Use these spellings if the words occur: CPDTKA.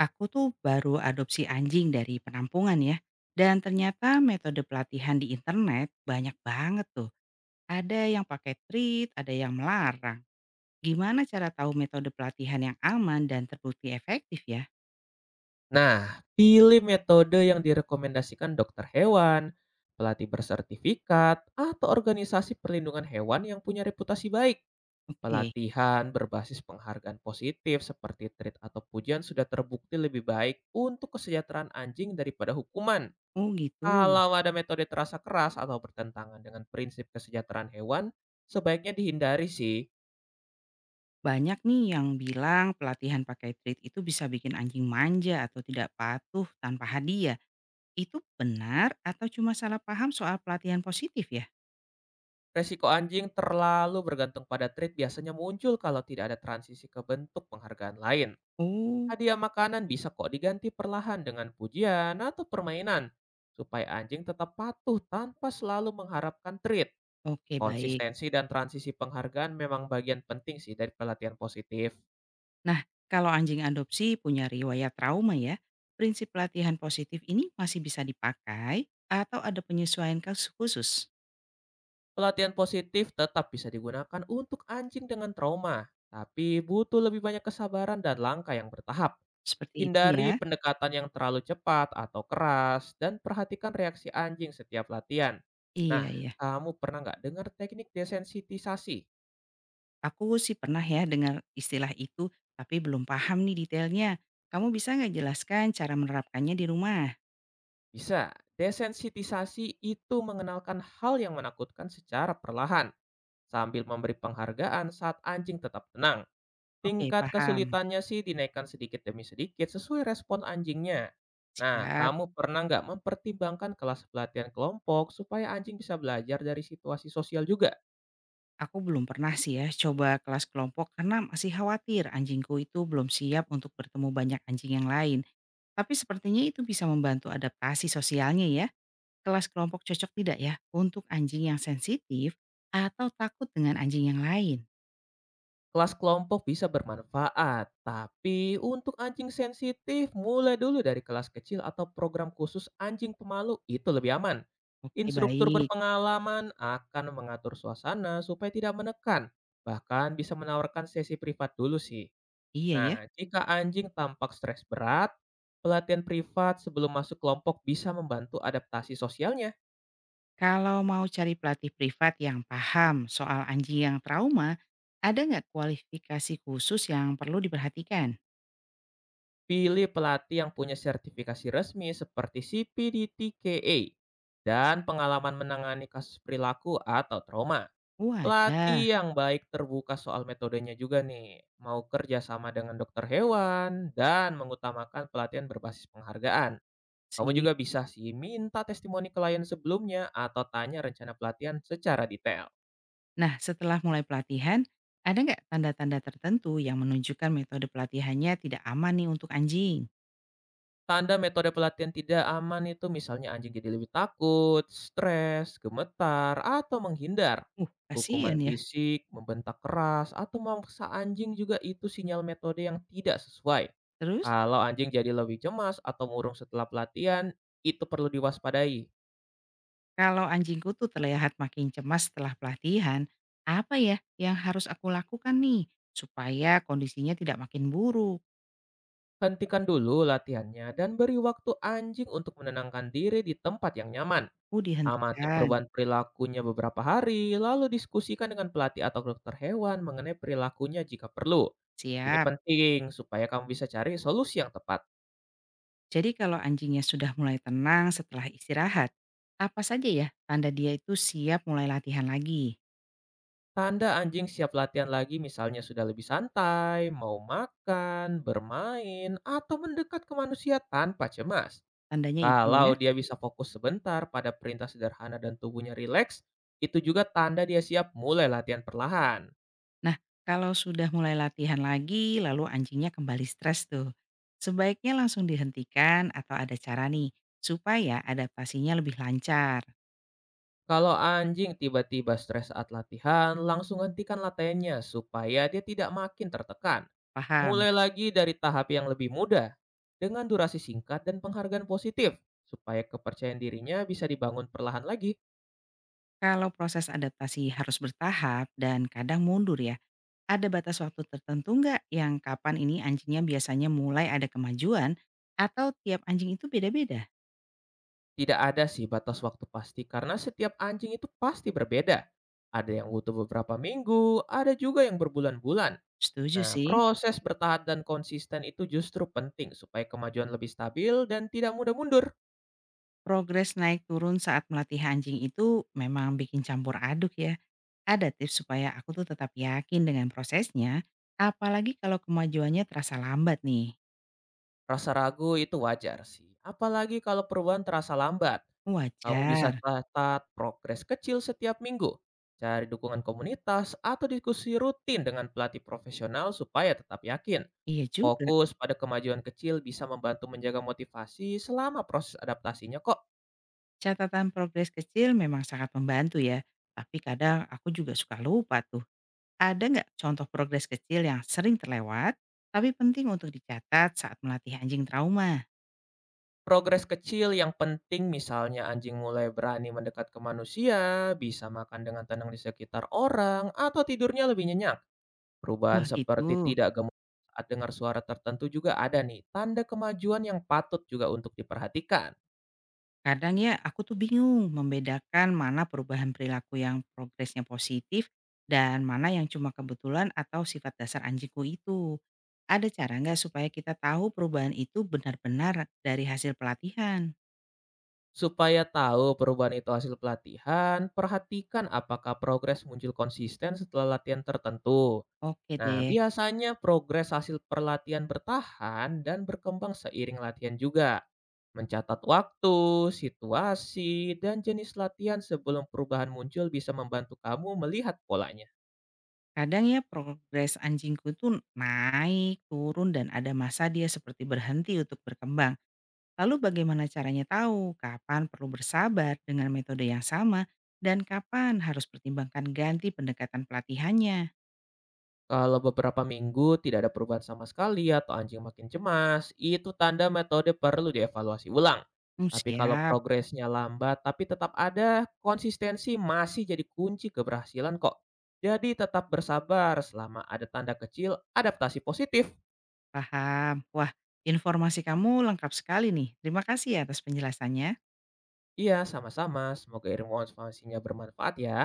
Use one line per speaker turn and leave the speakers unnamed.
Aku tuh baru adopsi anjing dari penampungan ya. Dan ternyata metode pelatihan di internet banyak banget tuh. Ada yang pakai treat, ada yang melarang. Gimana cara tahu metode pelatihan yang aman dan terbukti efektif ya?
Nah, pilih metode yang direkomendasikan dokter hewan, pelatih bersertifikat, atau organisasi perlindungan hewan yang punya reputasi baik.
Oke,
Pelatihan berbasis penghargaan positif seperti treat atau pujian sudah terbukti lebih baik untuk kesejahteraan anjing daripada hukuman.
oh gitu.
Kalau ada metode terasa keras atau bertentangan dengan prinsip kesejahteraan hewan, sebaiknya dihindari sih.
Banyak nih yang bilang pelatihan pakai treat itu bisa bikin anjing manja atau tidak patuh tanpa hadiah. Itu benar atau cuma salah paham soal pelatihan positif ya?
Resiko anjing terlalu bergantung pada treat biasanya muncul kalau tidak ada transisi ke bentuk penghargaan lain.
Oh,
Hadiah makanan bisa kok diganti perlahan dengan pujian atau permainan, supaya anjing tetap patuh tanpa selalu mengharapkan treat.
oke baik.
Konsistensi dan transisi penghargaan memang bagian penting sih dari pelatihan positif.
Nah, kalau anjing adopsi punya riwayat trauma ya, prinsip latihan positif ini masih bisa dipakai atau ada penyesuaian kasus khusus.
Pelatihan positif tetap bisa digunakan untuk anjing dengan trauma, tapi butuh lebih banyak kesabaran dan langkah yang bertahap.
Seperti itu
Hindari
ya.
pendekatan yang terlalu cepat atau keras, dan perhatikan reaksi anjing setiap latihan. Nah,
Iya, iya.
kamu pernah nggak dengar teknik desensitisasi?
Aku sih pernah ya dengar istilah itu, tapi belum paham nih detailnya. Kamu bisa nggak jelaskan cara menerapkannya di rumah?
Bisa. Desensitisasi itu mengenalkan hal yang menakutkan secara perlahan, sambil memberi penghargaan saat anjing tetap tenang.
Oke,
Tingkat
paham.
kesulitannya sih dinaikkan sedikit demi sedikit sesuai respon anjingnya. Nah,
Siap.
kamu pernah nggak mempertimbangkan kelas pelatihan kelompok supaya anjing bisa belajar dari situasi sosial juga?
Aku belum pernah sih ya coba kelas kelompok karena masih khawatir anjingku itu belum siap untuk bertemu banyak anjing yang lain. Tapi sepertinya itu bisa membantu adaptasi sosialnya ya. Kelas kelompok cocok tidak ya untuk anjing yang sensitif atau takut dengan anjing yang lain?
Kelas kelompok bisa bermanfaat, tapi untuk anjing sensitif, mulai dulu dari kelas kecil atau program khusus anjing pemalu itu lebih aman.
Oke
Instruktur
baik,
berpengalaman akan mengatur suasana supaya tidak menekan, bahkan bisa menawarkan sesi privat dulu sih.
iya ya.
Nah, jika anjing tampak stres berat, pelatihan privat sebelum masuk kelompok bisa membantu adaptasi sosialnya.
Kalau mau cari pelatih privat yang paham soal anjing yang trauma, ada nggak kualifikasi khusus yang perlu diperhatikan?
Pilih pelatih yang punya sertifikasi resmi seperti CPDTKA dan pengalaman menangani kasus perilaku atau trauma.
Wah ada
Pelatih yang baik terbuka soal metodenya juga nih, mau kerja sama dengan dokter hewan dan mengutamakan pelatihan berbasis penghargaan. Kamu
sih.
juga bisa sih minta testimoni klien sebelumnya atau tanya rencana pelatihan secara detail.
Nah, setelah mulai pelatihan, ada nggak tanda-tanda tertentu yang menunjukkan metode pelatihannya tidak aman nih untuk anjing?
Tanda metode pelatihan tidak aman itu misalnya anjing jadi lebih takut, stres, gemetar, atau menghindar. Hukuman
Kasihan ya.
fisik, membentak keras, atau memaksa anjing juga itu sinyal metode yang tidak sesuai.
Terus?
Kalau anjing jadi lebih cemas atau murung setelah pelatihan, itu perlu diwaspadai.
Kalau anjingku tuh terlihat makin cemas setelah pelatihan, apa ya yang harus aku lakukan nih supaya kondisinya tidak makin buruk?
Hentikan dulu latihannya dan beri waktu anjing untuk menenangkan diri di tempat yang nyaman.
Aku
Amati
dihentikan.
perubahan perilakunya beberapa hari, lalu diskusikan dengan pelatih atau dokter hewan mengenai perilakunya jika perlu. Ini
Siap.
penting supaya kamu bisa cari solusi yang tepat.
Jadi kalau anjingnya sudah mulai tenang setelah istirahat, apa saja ya tanda dia itu siap mulai latihan lagi?
Tanda anjing siap latihan lagi misalnya sudah lebih santai, mau makan, bermain, atau mendekat ke manusia tanpa cemas.
Tandanya itu
Kalau
ya.
dia bisa fokus sebentar pada perintah sederhana dan tubuhnya rileks, itu juga tanda dia siap mulai latihan perlahan.
Nah, kalau sudah mulai latihan lagi, lalu anjingnya kembali stres tuh. Sebaiknya langsung dihentikan atau ada cara nih supaya adaptasinya lebih lancar.
Kalau anjing tiba-tiba stres saat latihan, langsung hentikan latihannya supaya dia tidak makin tertekan.
Paham?
Mulai lagi dari tahap yang lebih mudah, dengan durasi singkat dan penghargaan positif, supaya kepercayaan dirinya bisa dibangun perlahan lagi.
Kalau proses adaptasi harus bertahap dan kadang mundur ya, ada batas waktu tertentu nggak yang kapan ini anjingnya biasanya mulai ada kemajuan atau tiap anjing itu beda-beda?
Tidak ada sih batas waktu pasti karena setiap anjing itu pasti berbeda. Ada yang butuh beberapa minggu, ada juga yang berbulan-bulan.
Setuju
Nah,
sih,
proses bertahan dan konsisten itu justru penting supaya kemajuan lebih stabil dan tidak mudah mundur.
progres naik turun saat melatih anjing itu memang bikin campur aduk ya. Ada tips supaya aku tuh tetap yakin dengan prosesnya, apalagi kalau kemajuannya terasa lambat nih.
Rasa ragu itu wajar sih, apalagi kalau perubahan terasa lambat. Kamu
Wajar,
bisa catat progres kecil setiap minggu, cari dukungan komunitas, atau diskusi rutin dengan pelatih profesional supaya tetap yakin.
iya juga.
Fokus pada kemajuan kecil bisa membantu menjaga motivasi selama proses adaptasinya kok.
Catatan progres kecil memang sangat membantu ya, tapi kadang aku juga suka lupa tuh. Ada nggak contoh progres kecil yang sering terlewat, tapi penting untuk dicatat saat melatih anjing trauma?
Progres kecil yang penting misalnya anjing mulai berani mendekat ke manusia, bisa makan dengan tenang di sekitar orang, atau tidurnya lebih nyenyak. Perubahan
Wah gitu.
seperti tidak gemuk saat dengar suara tertentu juga ada nih, tanda kemajuan yang patut juga untuk diperhatikan.
Kadang ya aku tuh bingung membedakan mana perubahan perilaku yang progresnya positif dan mana yang cuma kebetulan atau sifat dasar anjingku itu. Ada cara nggak supaya kita tahu perubahan itu benar-benar dari hasil pelatihan?
Supaya tahu perubahan itu hasil pelatihan, perhatikan apakah progres muncul konsisten setelah latihan tertentu.
Oke
Nah,
deh.
biasanya progres hasil perlatihan bertahan dan berkembang seiring latihan juga. Mencatat waktu, situasi, dan jenis latihan sebelum perubahan muncul bisa membantu kamu melihat polanya.
Kadang ya progres anjingku tuh naik, turun, dan ada masa dia seperti berhenti untuk berkembang. Lalu bagaimana caranya tahu kapan perlu bersabar dengan metode yang sama dan kapan harus pertimbangkan ganti pendekatan pelatihannya?
Kalau beberapa minggu tidak ada perubahan sama sekali atau anjing makin cemas, itu tanda metode perlu dievaluasi ulang.
Hmm,
Tapi kalau
siap,
progresnya lambat tapi tetap ada, konsistensi masih jadi kunci keberhasilan kok. Jadi tetap bersabar selama ada tanda kecil adaptasi positif.
paham. Wah, informasi kamu lengkap sekali nih. Terima kasih ya atas penjelasannya.
Iya, sama-sama. Semoga ilmu konservasinya bermanfaat ya.